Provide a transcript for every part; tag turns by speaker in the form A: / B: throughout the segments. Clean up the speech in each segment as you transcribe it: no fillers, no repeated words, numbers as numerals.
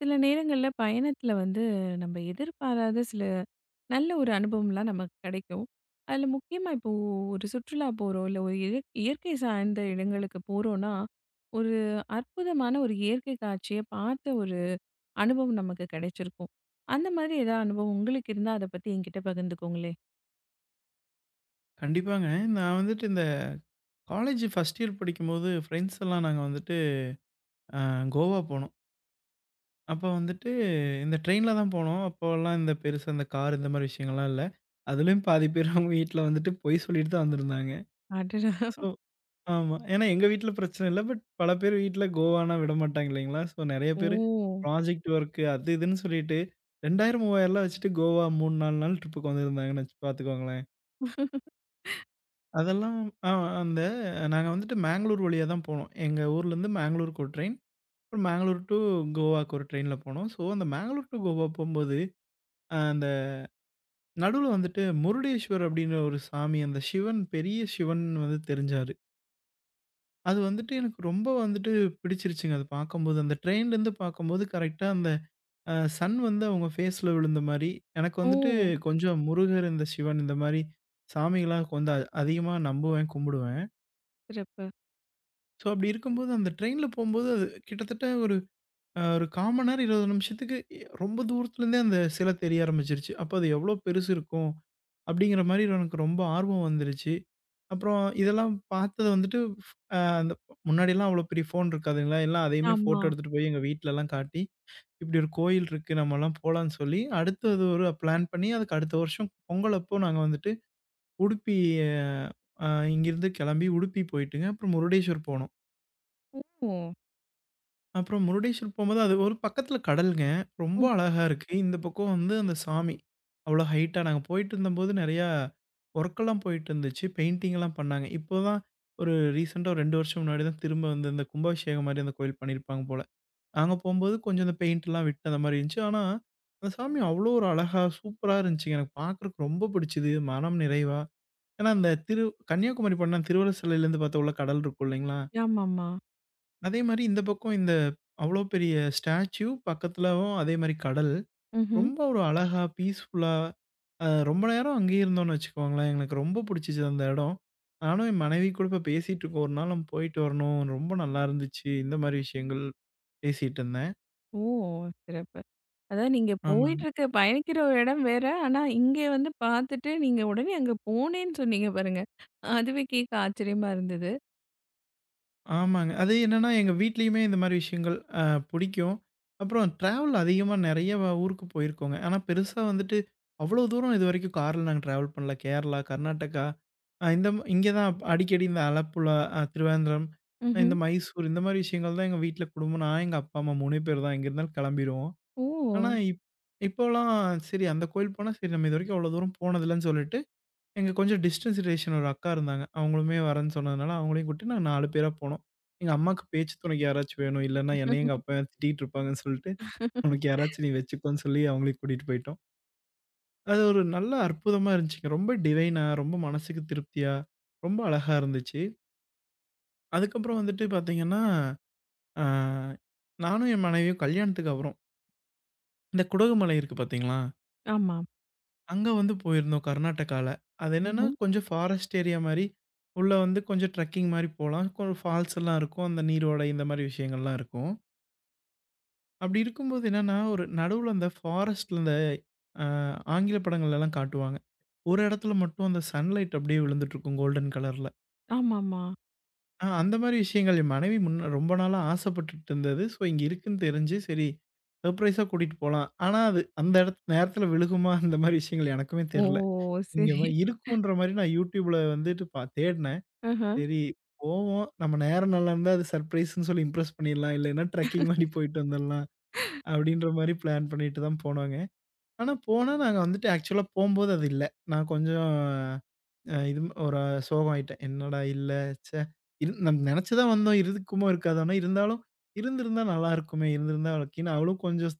A: சில நேரங்கள்ல பயணத்துல வந்து நம்ம எதிர்பாராத சில நல்ல ஒரு அனுபவம்லாம் நமக்கு கிடைக்கும். அதுல முக்கியமா இப்போ ஒரு சுற்றுலா போறோம், இல்ல ஒரு இய இயற்கை சார்ந்த இடங்களுக்கு போறோம்னா, ஒரு அற்புதமான ஒரு இயற்கை காட்சிய பார்த்த ஒரு அனுபவம் நமக்கு கிடைச்சிருக்கும். அந்த மாதிரி ஏதாவது அனுபவம் உங்களுக்கு இருந்தா அத பத்தி என்கிட்ட பகிர்ந்துக்கோங்களேன்.
B: கண்டிப்பாங்க. நான் வந்துட்டு இந்த காலேஜ் ஃபர்ஸ்ட் இயர் படிக்கும்போது ஃப்ரெண்ட்ஸ் எல்லாம் நாங்க வந்துட்டு அ கோவா போனோம். அப்ப வந்துட்டு இந்த ட்ரெயின்ல தான் போனோம். அப்போலாம் இந்த பெருசா இந்த கார் இந்த மாரி விஷயங்கள்லாம் இல்ல. அதுலயும் பாதி பேர் அவங்க வீட்ல வந்துட்டு பொய் சொல்லிட்டு தான் வந்திருந்தாங்க.
A: அடடா!
B: ஸோ ஆமா. ஏன்னா எங்க வீட்ல பிரச்சனை இல்ல. பட் பல பேர் வீட்ல கோவான்னா விடமாட்டாங்க இல்லைங்களா? ஸோ நெறைய பேரு
A: ஓ!
B: ப்ராஜெக்ட் ஒர்க் அது இதுன்னு சொல்லிட்டு 2000, 3000லாம் வச்சுட்டு கோவா 3, 4 நாள் ட்ரிப்புக்கு வந்திருந்தாங்கன்னு வச்சு பாத்துக்கோங்களேன். அதெல்லாம் அ அந்த நாங்க வந்துட்டு மேங்களூர் வழியா தான் போனோம். எங்க ஊர்லேருந்து மேங்களூருக்கு ஒரு ட்ரெயின், அப்புறம் மேங்களூர் டூ கோவாக்கு ஒரு ட்ரெயின்ல போனோம். ஸோ, அந்த மேங்களூர் டூ கோவா போம்போது, அந்த நடுவுல வந்துட்டு முருடேஸ்வர் அப்படிங்கிற ஒரு சாமி, அந்த சிவன் பெரிய சிவன் வந்து தெரிஞ்சாரு. அது வந்துட்டு எனக்கு ரொம்ப வந்துட்டு பிடிச்சிருச்சுங்க. அது பார்க்கும்போது, அந்த ட்ரெயின்லேருந்து பார்க்கும்போது கரெக்ட்டா அந்த சன் வந்து அவங்க ஃபேஸில விழுந்த மாரி, எனக்கு
A: ஓ!
B: வந்துட்டு கொஞ்சம் முருகர், இந்த சிவன் இந்த மாரி சாமிகள்லாம் கொஞ்சம் அதிகமா நம்புவேன், கும்பிடுவேன்.
A: சிறப்பு.
B: ஸோ, அப்படி இருக்கும்போது அந்த ட்ரெயின்ல போம்போது அது கிட்டத்தட்ட ஒரு 1/4 மணி நேரம் 20 நிமிஷத்துக்கு ரொம்ப தூரத்துலேருந்தே அந்த சிலை தெரிய ஆரம்பிச்சிருச்சு. அப்ப அது எவ்வளோ பெருசு இருக்கும்? அப்படிங்கிற மாரி எனக்கு ரொம்ப ஆர்வம் வந்துருச்சு. அப்புறம் இதெல்லாம் பார்த்தது வந்துட்டு ஃப் அ அந்த முன்னாடிலாம் அவ்வளோ பெரிய ஃபோன் இருக்காதுங்களா? எல்லாம் அதையுமே
A: ஆமா.
B: ஃபோட்டோ எடுத்துட்டு போய் எங்க வீட்லலாம் காட்டி, இப்படி ஒரு கோயில் இருக்கு நம்மலாம் போலான்னு சொல்லி, அடுத்தது ஒரு பிளான் பண்ணி அதுக்கு அடுத்த வருஷம் பொங்கல் அப்போ நாங்க வந்துட்டு உடுப்பி அ அ இங்கேருந்து கிளம்பி உடுப்பி போயிட்டுங்க. அப்புறம் முருடேஸ்வர் போனோம்.
A: ஓ!
B: அப்புறம் முருடேஸ்வர் போம்போது, அது ஒரு பக்கத்தில கடல்ங்க. ரொம்ப அழகா இருக்கு. இந்த பக்கம் வந்து அந்த சாமி. அவ்வளோ ஹைட்டா நாங்க போயிட்டுருந்தம்போது நெறையா ஒர்க்கெல்லாம் போயிட்டுருந்துச்சு. பெயிண்டிங்லாம் பண்ணாங்க. இப்போ தான் ஒரு ரீசென்ட்டா ஒரு 2 வருஷம் முன்னாடி தான் திரும்ப வந்து இந்த கும்பாபிஷேகம் மாரி அந்த கோயில் பண்ணியிருப்பாங்க போல. நாங்க போம்போது கொஞ்சம் இந்த பெயிண்ட்லாம் விட்டு அந்த மாரி இருந்துச்சு. ஆனா, அந்த சாமி அவ்வளோ ஒரு அழகா, சூப்பரா இருந்துச்சுங்க. எனக்கு பார்க்குறக்கு ரொம்ப பிடிச்சது. மனம் நிறைவா ஏன்னா, அந்த திரு கன்னியாகுமரி போனா திருவள்ளுவர் சிலையிலேருந்து பார்த்தா உள்ள கடல் இருக்கும் இல்லைங்களா?
A: ஆமாமா.
B: அதே மாரி இந்த பக்கம் இந்த அவ்வளோ பெரிய ஸ்டாச்சு, பக்கத்துலவும் அதே மாரி கடல்.
A: ம்ஹ்ம்.
B: ரொம்ப ஒரு அழகா, பீஸ்ஃபுல்லா ரொம்ப நேரம் அங்கேயே இருந்தோம்னு வச்சுக்கோங்களேன். எங்களுக்கு ரொம்ப புடிச்சிச்சு அந்த இடம். நானும் என் மனைவி கூட இப்ப பேசிட்டுருக்கோம். "ஒரு நாள் நம்ம போயிட்டு வரணும். ரொம்ப நல்லா இருந்துச்சு." இந்த மாரி விஷயங்கள் பேசிட்டு இருந்தேன்.
A: ஓ! சிறப்பு. அதாவது நீங்க
B: ஆமாங்க.
A: போயிட்டுருக்க பயணிக்கிற ஒரு இடம் வேற. ஆனா, இங்க வந்து பார்த்துட்டு நீங்க உடனே அங்க போனேன்னு சொன்னீங்க பாருங்க. அதுவே கேட்க ஆச்சரியமா இருந்தது.
B: ஆமாங்க. அது என்னன்னா, எங்க வீட்லயுமே இந்த மாரி விஷயங்கள் புடிக்கும். அப்புறம் ட்ராவல் அதிகமா நெறைய ஊருக்கு போயிருக்கோங்க. ஆனா பெருசா வந்துட்டு அவ்வளோ தூரம் இதுவரைக்கும் கார்ல நாங்க ட்ராவல் பண்ணல. கேரளா, கர்நாடகா இந்த இங்க தான் அடிக்கடி இந்த ஆலப்புழா, திருவேந்திரம்,
A: ம்ஹ்ம்.
B: இந்த மைசூர் இந்த மாரி விஷயங்கள் தான் எங்க வீட்ல குடும்பம். நான் எங்க அப்பா, அம்மா 3 பேர் தான். இங்க இருந்தாலும் கிளம்பிருவோம்.
A: ஓ!
B: ஆனா, இப்போலாம் சரி அந்த கோயில் போனா, சரி நம்ம இதுவரைக்கும் அவ்வளோ தூரம் போனதில்லன்னு சொல்லிட்டு, எங்க கொஞ்சம் டிஸ்டன்ஸ் ரிலேஷன் ஒரு அக்கா இருந்தாங்க. அவங்களுமே வரேன்னு சொன்னதுனால, அவங்களையும் கூப்ட்டு நாங்க 4 பேரா போனோம். எங்க அம்மாக்கு பேச்சு துணைக்கு யாராச்சும் வேணும். இல்லன்னா என்னையும் எங்க அப்பாவையும் திட்டிட்டு இருப்பாங்கன்னு சொல்லிட்டு, உனக்கு யாராச்சும் நீ வச்சுக்கோன்னு சொல்லி அவங்களையும் கூட்டிட்டு போய்ட்டோம். அது ஒரு நல்ல அற்புதமா இருந்துச்சுங்க. ரொம்ப டிவைனா, ரொம்ப மனசுக்கு திருப்தியா, ரொம்ப அழகா இருந்துச்சு. அதுக்கப்புறம் வந்துட்டு பார்த்தீங்கன்னா, அ நானும் என் மனைவியும் கல்யாணத்துக்கு அப்புறம், இந்த குடகுமலை இருக்கு பார்த்தீங்களா?
A: ஆமா.
B: அங்க வந்து போயிருந்தோம் கர்நாடகால. அது என்னன்னா
A: ம்ஹ்ம்.
B: கொஞ்சம் ஃபாரஸ்ட் ஏரியா மாரி, உள்ள வந்து கொஞ்சம் ட்ரெக்கிங் மாரி போலாம். கொஞ்சம் ஃபால்ஸ் எல்லாம் இருக்கும். அந்த நீரோடை இந்த மாரி விஷயங்கள்லாம் இருக்கும். அப்படி இருக்கும்போது என்னன்னா, ஒரு நடுவுல அந்த ஃபாரஸ்ட்ல இந்த அ ஆங்கில படங்கள்லலாம் காட்டுவாங்க. ஒரு இடத்துல மட்டும் அந்த சன்லைட் அப்படியே விழுந்துட்டுருக்கும் கோல்டன் கலர்ல.
A: ஆமாமா.
B: ஆ அந்த மாரி விஷயங்கள் என் மனைவி முன்ன ரொம்ப நாளா ஆசைப்பட்டுட்டு இருந்தது. ஸோ, இங்க இருக்குன்னு தெரிஞ்சு, சரி சர்ப்ரைஸா கூட்டிட்டு போலாம். ஆனா, அது அந்த இடத் நேரத்துல விழுகுமா? அந்த மாரி விஷயங்கள் எனக்குமே
A: ஓ!
B: தெர்ல. இங்க
A: சரி.
B: இருக்குன்ற மாரி நான் YouTubeல வந்துட்டு தேடுனேன்.
A: ஆஹா.
B: சரி போவோம். நம்ம நேரம் நல்லா இருந்தா அது சர்ப்ரைஸ்ன்னு சொல்லி இம்ப்ரெஸ் பண்ணிடலாம். இல்லைன்னா ட்ரெக்கிங் மாரி போயிட்டு வந்துடலாம். அப்படின்ற மாரி பிளான் பண்ணிட்டு தான் போனோங்க. ஆனா, போனா நாங்க வந்துட்டு ஆக்சுவலா போம்போது அது இல்ல. நான் கொஞ்சம் ஒரு சோகம் ஆயிட்டேன். என்னடா இல்ல, ச்சே! இரு நம்ம நெனச்சு தான் வந்தோம். இருக்குமோ, இருக்காதோன்னு. இருந்தாலும், இருந்திருந்தா நல்லாயிருக்குமே! இருந்திருந்தா லக்கின்னு அவளும் கொஞ்சம்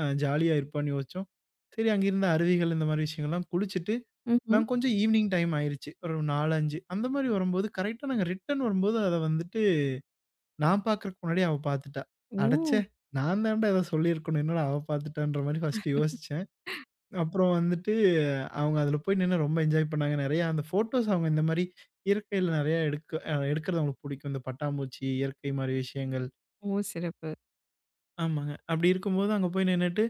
B: ஜாலியா இருப்பான்னு யோசிச்சோம். சரி அங்க இருந்த அருவிகள் இந்த மாரி விஷயங்கள்லாம் குளிச்சுட்டு,
A: ம்ஹ்ம்.
B: நான் கொஞ்சம் ஈவினிங் டைம் ஆயிருச்சு. ஒரு 4, 5 அந்த மாரி வரும்போது, கரெக்ட்டா நாங்க ரிட்டர்ன் வரும்போது, அத வந்துட்டு நான் பார்க்கறக்கு முன்னாடியே அவ பார்த்துட்டா. அடச்சே!
A: ஓ!
B: நான் தான்டா ஏதோ சொல்லியிருக்கணும். என்னடா அவ பார்த்துட்டான்ற மாரி ஃபர்ஸ்ட்டு யோசிச்சேன். அப்புறம் வந்துட்டு அவங்க அதில போய் நின்னு ரொம்ப என்ஜாய் பண்ணாங்க. நெறையா அந்த ஃபோட்டோஸ் அவங்க இந்த மாரி இயற்கையில நெறைய எடுக்கிறது அவங்களுக்கு பிடிக்கும். இந்த பட்டாம்பூச்சி, இயற்கை மாரி விஷயங்கள்.
A: ஓ! சிறப்பு.
B: ஆமாங்க. அப்படி இருக்கும்போது அங்க போய் நின்னுட்டு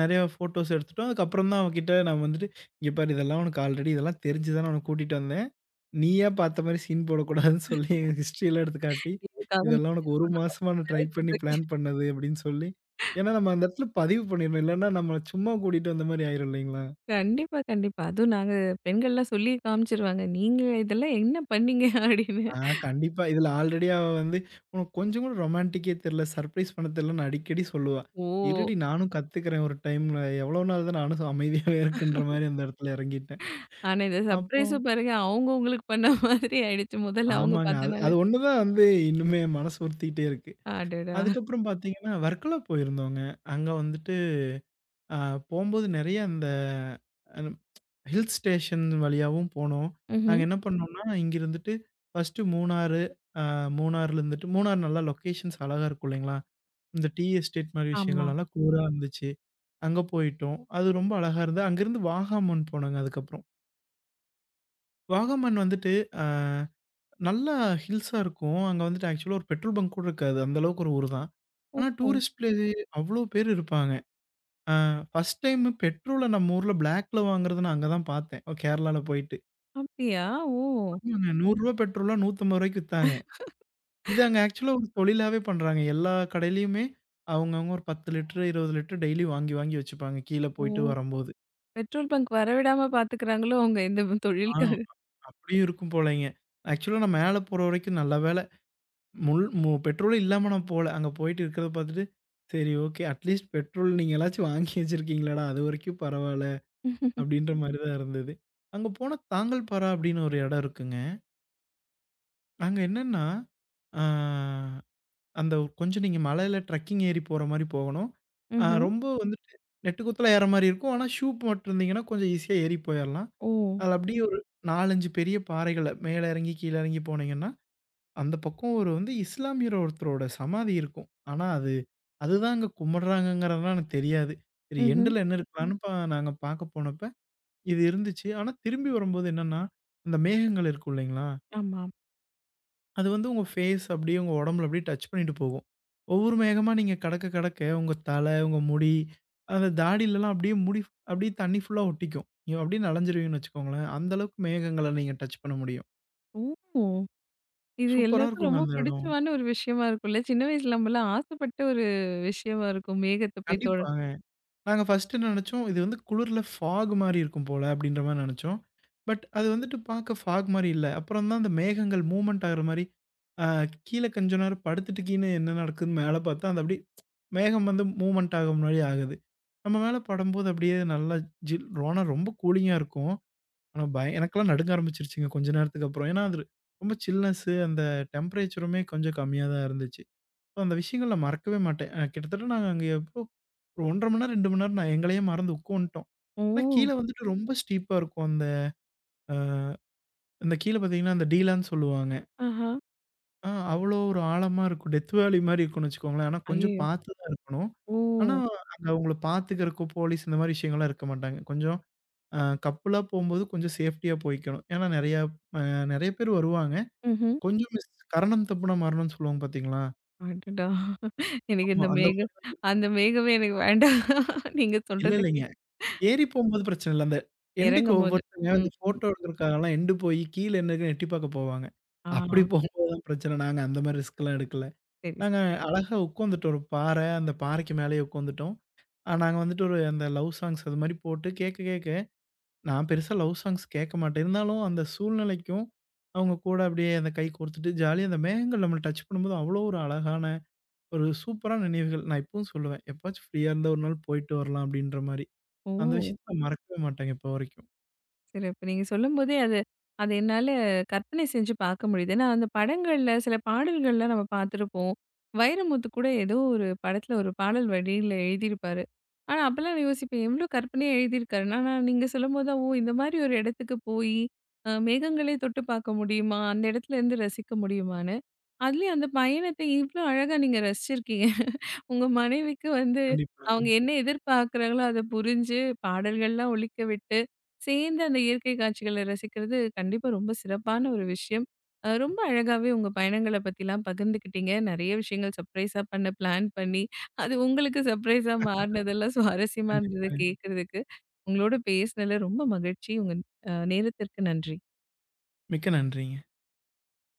B: நெறையா ஃபோட்டோஸ் எடுத்துட்டோம். அதுக்கப்புறம் தான் அவகிட்ட நான் வந்துட்டு, "இங்க பாரு இதெல்லாம் உனக்கு ஆல்ரெடி இதெல்லாம் தெரிஞ்சு தானே உன்ன கூட்டிட்டு வந்தேன். நீயா பார்த்த மாரி சீன் போடக்கூடாதுன்னு" சொல்லி என் ஹிஸ்ட்ரியலாம் எடுத்து காட்டி,
A: இதுக்காக
B: "இதெல்லாம் உனக்கு 1 மாசமா நான் ட்ரை பண்ணி
A: கேட்டிருக்கேன்.
B: பிளான் பண்ணது" அப்படின்னு சொல்லி ஏன்னா நம்ம அந்த இடத்துல பதிவு பண்ணிடணும். இல்லன்னா நம்மள சும்மா கூட்டிட்டு வந்த மாரி ஆயிரும் இல்லைங்களா?
A: கண்டிப்பா, கண்டிப்பா. அதுவும் நாங்க பெண்கள்லாம் சொல்லி காமிச்சுருவாங்க. நீங்க இதெல்லாம் என்ன பண்ணீங்க? அப்படின்னு.
B: ஆ கண்டிப்பா. இதுல ஆல்ரெடி அவ வந்து உனக்கு கொஞ்சம் கூட ரொமான்டிக்கே தெர்ல, சர்ப்ரைஸ் பண்ண தெர்லன்னு அடிக்கடி சொல்லுவா.
A: ஓ!
B: இருடி நானும் கத்துக்கிறேன் ஒரு டைம்ல. எவ்வளோ நாள் தான் நானும் அமைதியாவே இருக்கன்ற மாரி அந்த இடத்துல இறங்கிட்டேன்.
A: ஆனா, இந்த
B: அப்புறம்
A: சர்ப்ரைஸும் பாருங்க, அவங்க உங்களுக்கு பண்ண மாதிரி ஆயிடுச்சு. முதல்ல அவங்க
B: ஆமாங்க. அது அது
A: பார்த்தனால.
B: ஒண்ணு தான் வந்து இன்னுமே மனசு உறுத்திக்கிட்டே இருக்கு.
A: அடடா!
B: அதுக்கப்புறம் பார்த்தீங்கன்னா, வர்க்கலா போயிருந்தோங்க. அங்க வந்துட்டு அ போம்போது நெறைய அந்த அ ஹில் ஸ்டேஷன் வழியாவும் போனோம். நாங்க
A: ம்ஹ்ம்.
B: என்ன பண்ணோம்னா, இங்க இருந்துட்டு ஃபர்ஸ்ட்டு மூணாறு, அ மூணாறுல இருந்துட்டு மூணாறு நல்லா லொகேஷன்ஸ் அழகா இருக்கும் இல்லைங்களா? இந்த டீ எஸ்டேட் மாரி
A: ஆமா.
B: விஷயங்கள்லாம் கூரா இருந்துச்சு. அங்க போயிட்டோம். அது ரொம்ப அழகா இருந்தது. அங்கேருந்து வாகாமன் போனோங்க அதுக்கப்புறம். வாகாமன் வந்துட்டு அ நல்லா ஹில்ஸா இருக்கும். அங்க வந்துட்டு ஆக்சுவலா ஒரு பெட்ரோல் பங்க் கூட இருக்காது. அந்த அளவுக்கு ஒரு ஊர் தான்.
A: ஓ!
B: ஆனா டூரிஸ்ட் பிளேஸ் அவ்ளோ பேர் இருப்பாங்க. அ ஃபர்ஸ்ட் டைம் பெட்ரோல நம்ம ஊர்ல பிளாக்ல வாங்குறத நான் அங்க தான் பார்த்தேன். ஓ, கேரளால போயிட்டு.
A: அப்படியா? ஓ!
B: ஆமாங்க ₹100 பெட்ரோல்லாம் ₹150க்கு வித்தாங்க. இது அங்க ஆக்சுவலா ஒரு தொழிலாவே பண்றாங்க. எல்லா கடையிலயுமே அவங்கவங்க ஒரு 10 லிட்டர், 20 லிட்டர் டெய்லி வாங்கி வாங்கி வச்சுப்பாங்க. கீழ போயிட்டு
A: ஓ!
B: வரம்போது.
A: பெட்ரோல் பங்க் வரவிடாம பார்த்துக்கிறாங்களோ, அவங்க இந்த
B: ஆ,
A: தொழிலுக்காக.
B: அப்படியும் இருக்கும் போலங்க. ஆக்சுவலா நான் மேல போற வரைக்கும் நல்ல வேள முள் மு பெட்ரோலும் இல்லாம நான் போல. அங்க போயிட்டு இருக்கிறத பார்த்துட்டு, சரி ஓகே அட்லீஸ்ட் பெட்ரோல் நீங்களாச்சும் வாங்கி வச்சிருக்கீங்களாடா, அது வரைக்கும் பரவால்ல. அப்படின்ற மாரி தான் இருந்தது. அங்க போனா தாங்கல்பாரா அப்படின்னு ஒரு இடம் இருக்குங்க. அங்க என்னன்னா, ஆ அந்த ஒரு கொஞ்சம் நீங்க மலையில ட்ரெக்கிங் ஏறி போற மாரி போகணும். ஆ
A: ம்ஹ்ம்.
B: ரொம்ப வந்துட்டு நெட்டு குத்தலா ஏற மாரி இருக்கும். ஆனா ஷூ போட்டிருந்தீங்கன்னா கொஞ்சம் ஈஸியா ஏறி போயிரலாம்.
A: ஓ!
B: அதுல அப்படியே ஒரு 4, 5 பெரிய பாறைகள மேல இறங்கி, கீழ இறங்கி போனீங்கன்னா அந்த பக்கம் ஒரு வந்து இஸ்லாமியர் ஒருத்தரோட சமாதி இருக்கும். ஆனா, அது அதுதான் அங்க கும்பிடுறாங்கங்கிறதெல்லாம் எனக்கு தெரியாது. சரி
A: ம்ஹ்ம்.
B: எண்டுல என்ன இருக்கலான்னு நாங்க பார்க்க போனப்ப, இது இருந்துச்சு. ஆனா, திரும்பி வரும்போது என்னன்னா, அந்த மேகங்கள் இருக்கும் இல்லைங்களா?
A: ஆமா.
B: அது வந்து உங்க ஃபேஸ் அப்படியே உங்க உடம்புல அப்படியே டச் பண்ணிட்டு போகும். ஒவ்வொரு மேகமா நீங்க கடக்க கடக்க உங்க தலை, உங்க முடி, அந்த தாடிலலாம் அப்படியே முடி அப்படியே தண்ணி ஃபுல்லா ஒட்டிக்கும். நீங்க அப்படியே நனைஞ்சிருவீங்கன்னு வச்சுக்கோங்களேன். அந்த அளவுக்கு மேகங்கள நீங்க டச் பண்ண முடியும்.
A: ஓ! இது
B: சூப்பரா
A: எல்லாருக்கும்
B: இருக்குங்க
A: ரொம்ப
B: அந்த இடம்.
A: பிடிச்சமான ஒரு விஷயமா இருக்கும்ல. சின்ன வயசுல நம்மலாம் ஆசைப்பட்ட ஒரு விஷயமா இருக்கும். மேகத்த போய் தொட
B: கண்டிப்பா. நாங்க ஃபர்ஸ்ட்டு நெனச்சோம், இது வந்து குளிர்ல ஃபாக் மாரி இருக்கும் போல அப்படின்ற மாரி நெனச்சோம். பட் அது வந்துட்டு பார்க்க ஃபாக் மாரி இல்ல. அப்புறம் தான் அந்த மேகங்கள் மூவ்மெண்ட் ஆகுற மாரி, அ கீழ கொஞ்ச நேரம் படுத்துட்டு கீழ என்ன நடக்குதுன்னு மேல பார்த்தா, அது அப்படியே மேகம் வந்து மூவ்மெண்ட் ஆகும் மாரி ஆகுது. நம்ம மேல படும்போது அப்படியே நல்லா ஜில் ஆனா ரொம்ப கூலிங்கா இருக்கும். ஆனா எனக்கெல்லாம் நடுங்க ஆரம்பிச்சுருச்சுங்க கொஞ்ச நேரத்துக்கு அப்புறம். ஏன்னா அது ரொம்ப சில்னஸ்ஸு அந்த டெம்பரேச்சருமே கொஞ்சம் கம்மியா தான் இருந்துச்சு. அந்த விஷயங்கள் நான் மறக்கவே மாட்டேன். கிட்டத்தட்ட நாங்க அங்க எப்போ ஒரு 1 1/2 மணி நேரம், 2 மணி நேரம் நான் எங்களையே மறந்து உட்காந்துட்டோம்.
A: ஓ!
B: ஆனா கீழ வந்துட்டு ரொம்ப ஸ்டீப்பா இருக்கும். அ அந்த கீழ பார்த்தீங்கன்னா, அந்த டீலான்னு சொல்லுவாங்க.
A: ஆஹா.
B: ஆ அவ்வளோ ஒரு ஆழமா இருக்கும். டெத் வேலி மாரி இருக்கும்னு வச்சுக்கோங்களேன். ஆனா கொஞ்சம்
A: ஐயயோ!
B: பார்த்து தான் இருக்கணும். ஆனா
A: ஓ!
B: அங்க அவங்கள பார்த்துக்கிறதுக்கோ, போலீஸ் இந்த மாரி விஷயங்கள்லாம் இருக்க மாட்டாங்க. கொஞ்சம் அ கப்புலா போம்போது கொஞ்சம் சேஃப்டியா போய்க்கணும். ஏன்னா நெறையா அ நெறைய பேர் வருவாங்க.
A: ம்ஹ்ம்.
B: கொஞ்சம் மிஸ் கரணம் தப்புனா மரணம்னு சொல்லுவாங்க பார்த்தீங்களா?
A: அடடா! எனக்கு
B: ஆமா
A: இந்த
B: அந்த மாரி
A: மேகம்
B: தான் இருக்கும்.
A: அந்த மேகமே எனக்கு வேண்டாம். நீங்க
B: இல்ல
A: சொல்றத
B: இல்லைங்க.
A: கேட்டு
B: ஏறி போம்போது பிரச்சனை இல்ல. அந்த எண்டுக்கு
A: இறங்கும்போது.
B: ஒவ்வொருத்தங்க
A: ம்.
B: இந்த
A: ம்.
B: ஃபோட்டோ எடுக்கிறதுக்காகலாம் எண்டு போயி கீழ என்ன இருக்குன்னு எட்டி பார்க்க போவாங்க.
A: ஆ.
B: அப்படி போகும்போது தான் பிரச்சனை. நாங்க அந்த மாரி ரிஸ்க்லாம் எடுக்கல.
A: சரி,
B: நாங்க
A: சரி.
B: அழகா உட்காந்துட்டோம். ஒரு பாறை, அந்த பாறைக்கு மேலேயே உட்காந்துட்டோம். ஆ நாங்க வந்துட்டு ஒரு அந்த லவ் சாங்ஸ் அது மாரி போட்டு கேட்க கேட்க நான் பெருசா லவ் சாங்ஸ் கேட்க மாட்டேன். இருந்தாலும் அந்த சூழ்நிலைக்கும் அவங்க கூட அப்படியே அந்த கை கோர்த்துட்டு ஜாலியா அந்த மேகங்கள் நம்மள டச் பண்ணும்போது அவ்வளோ ஒரு அழகான, ஒரு சூப்பரான நினைவுகள். நான் இப்பவும் சொல்லுவேன். "எப்பவாச்சும் ஃப்ரீயா இருந்தா ஒரு நாள் போயிட்டு வரலாம்." அப்படின்ற மாரி.
A: ஓ!
B: அந்த விஷயத்த நான் மறக்கவே மாட்டேங்க இப்போ வரைக்கும்.
A: சிறப்பு. நீங்க சொல்லும்போதே அது அது என்னால கற்பனை செஞ்சு பார்க்க முடியுது. ஏன்னா, அந்த படங்கள்ல சில பாடல்கள்லாம் நம்ம பார்த்துருப்போம். வைரமுத்து கூட ஏதோ ஒரு படத்துல ஒரு பாடல் வரியில எழுதியிருப்பாரு. ஆனா, அப்பலாம் நான் யோசிப்பேன் எவ்ளோ கற்பனையா எழுதியிருக்காருன்னா, ஆனா நீங்க சொல்லும்போது தான், ஓ! இந்த மாரி ஒரு இடத்துக்கு போயி, மேகங்களே தொட்டு பார்க்க முடியுமா? அந்த இடத்துலருந்து ரசிக்க முடியுமான்னு. அதுலயும் அந்த பயணத்த இவ்ளோ அழகா நீங்க ரசிச்சிருக்கீங்க. உங்க மனைவிக்கு வந்து
B: கண்டிப்பாங்க,
A: அவங்க என்ன எதிர்பார்க்குறாங்களோ அத புரிஞ்சு பாடல்கள்லாம் ஒலிக்க விட்டு சேர்ந்து அந்த இயற்கை காட்சிகள ரசிக்கிறது கண்டிப்பா ரொம்ப சிறப்பான ஒரு விஷயம். ரொம்ப அழகாவே உங்க பயணங்கள பத்திலாம் பகிர்ந்துக்கிட்டீங்க. நெறைய விஷயங்கள் சர்ப்ரைஸா பண்ண பிளான் பண்ணி, அது உங்களுக்கு சர்ப்ரைஸா மாறுனதெல்லாம் சுவாரஸ்யமா இருந்தது
B: கண்டிப்பாங்க.
A: கேட்கறதுக்கு. உங்களோட பேசினதுல ரொம்ப மகிழ்ச்சி. உங்க நேரத்திற்கு நன்றி.
B: மிக்க நன்றிங்க.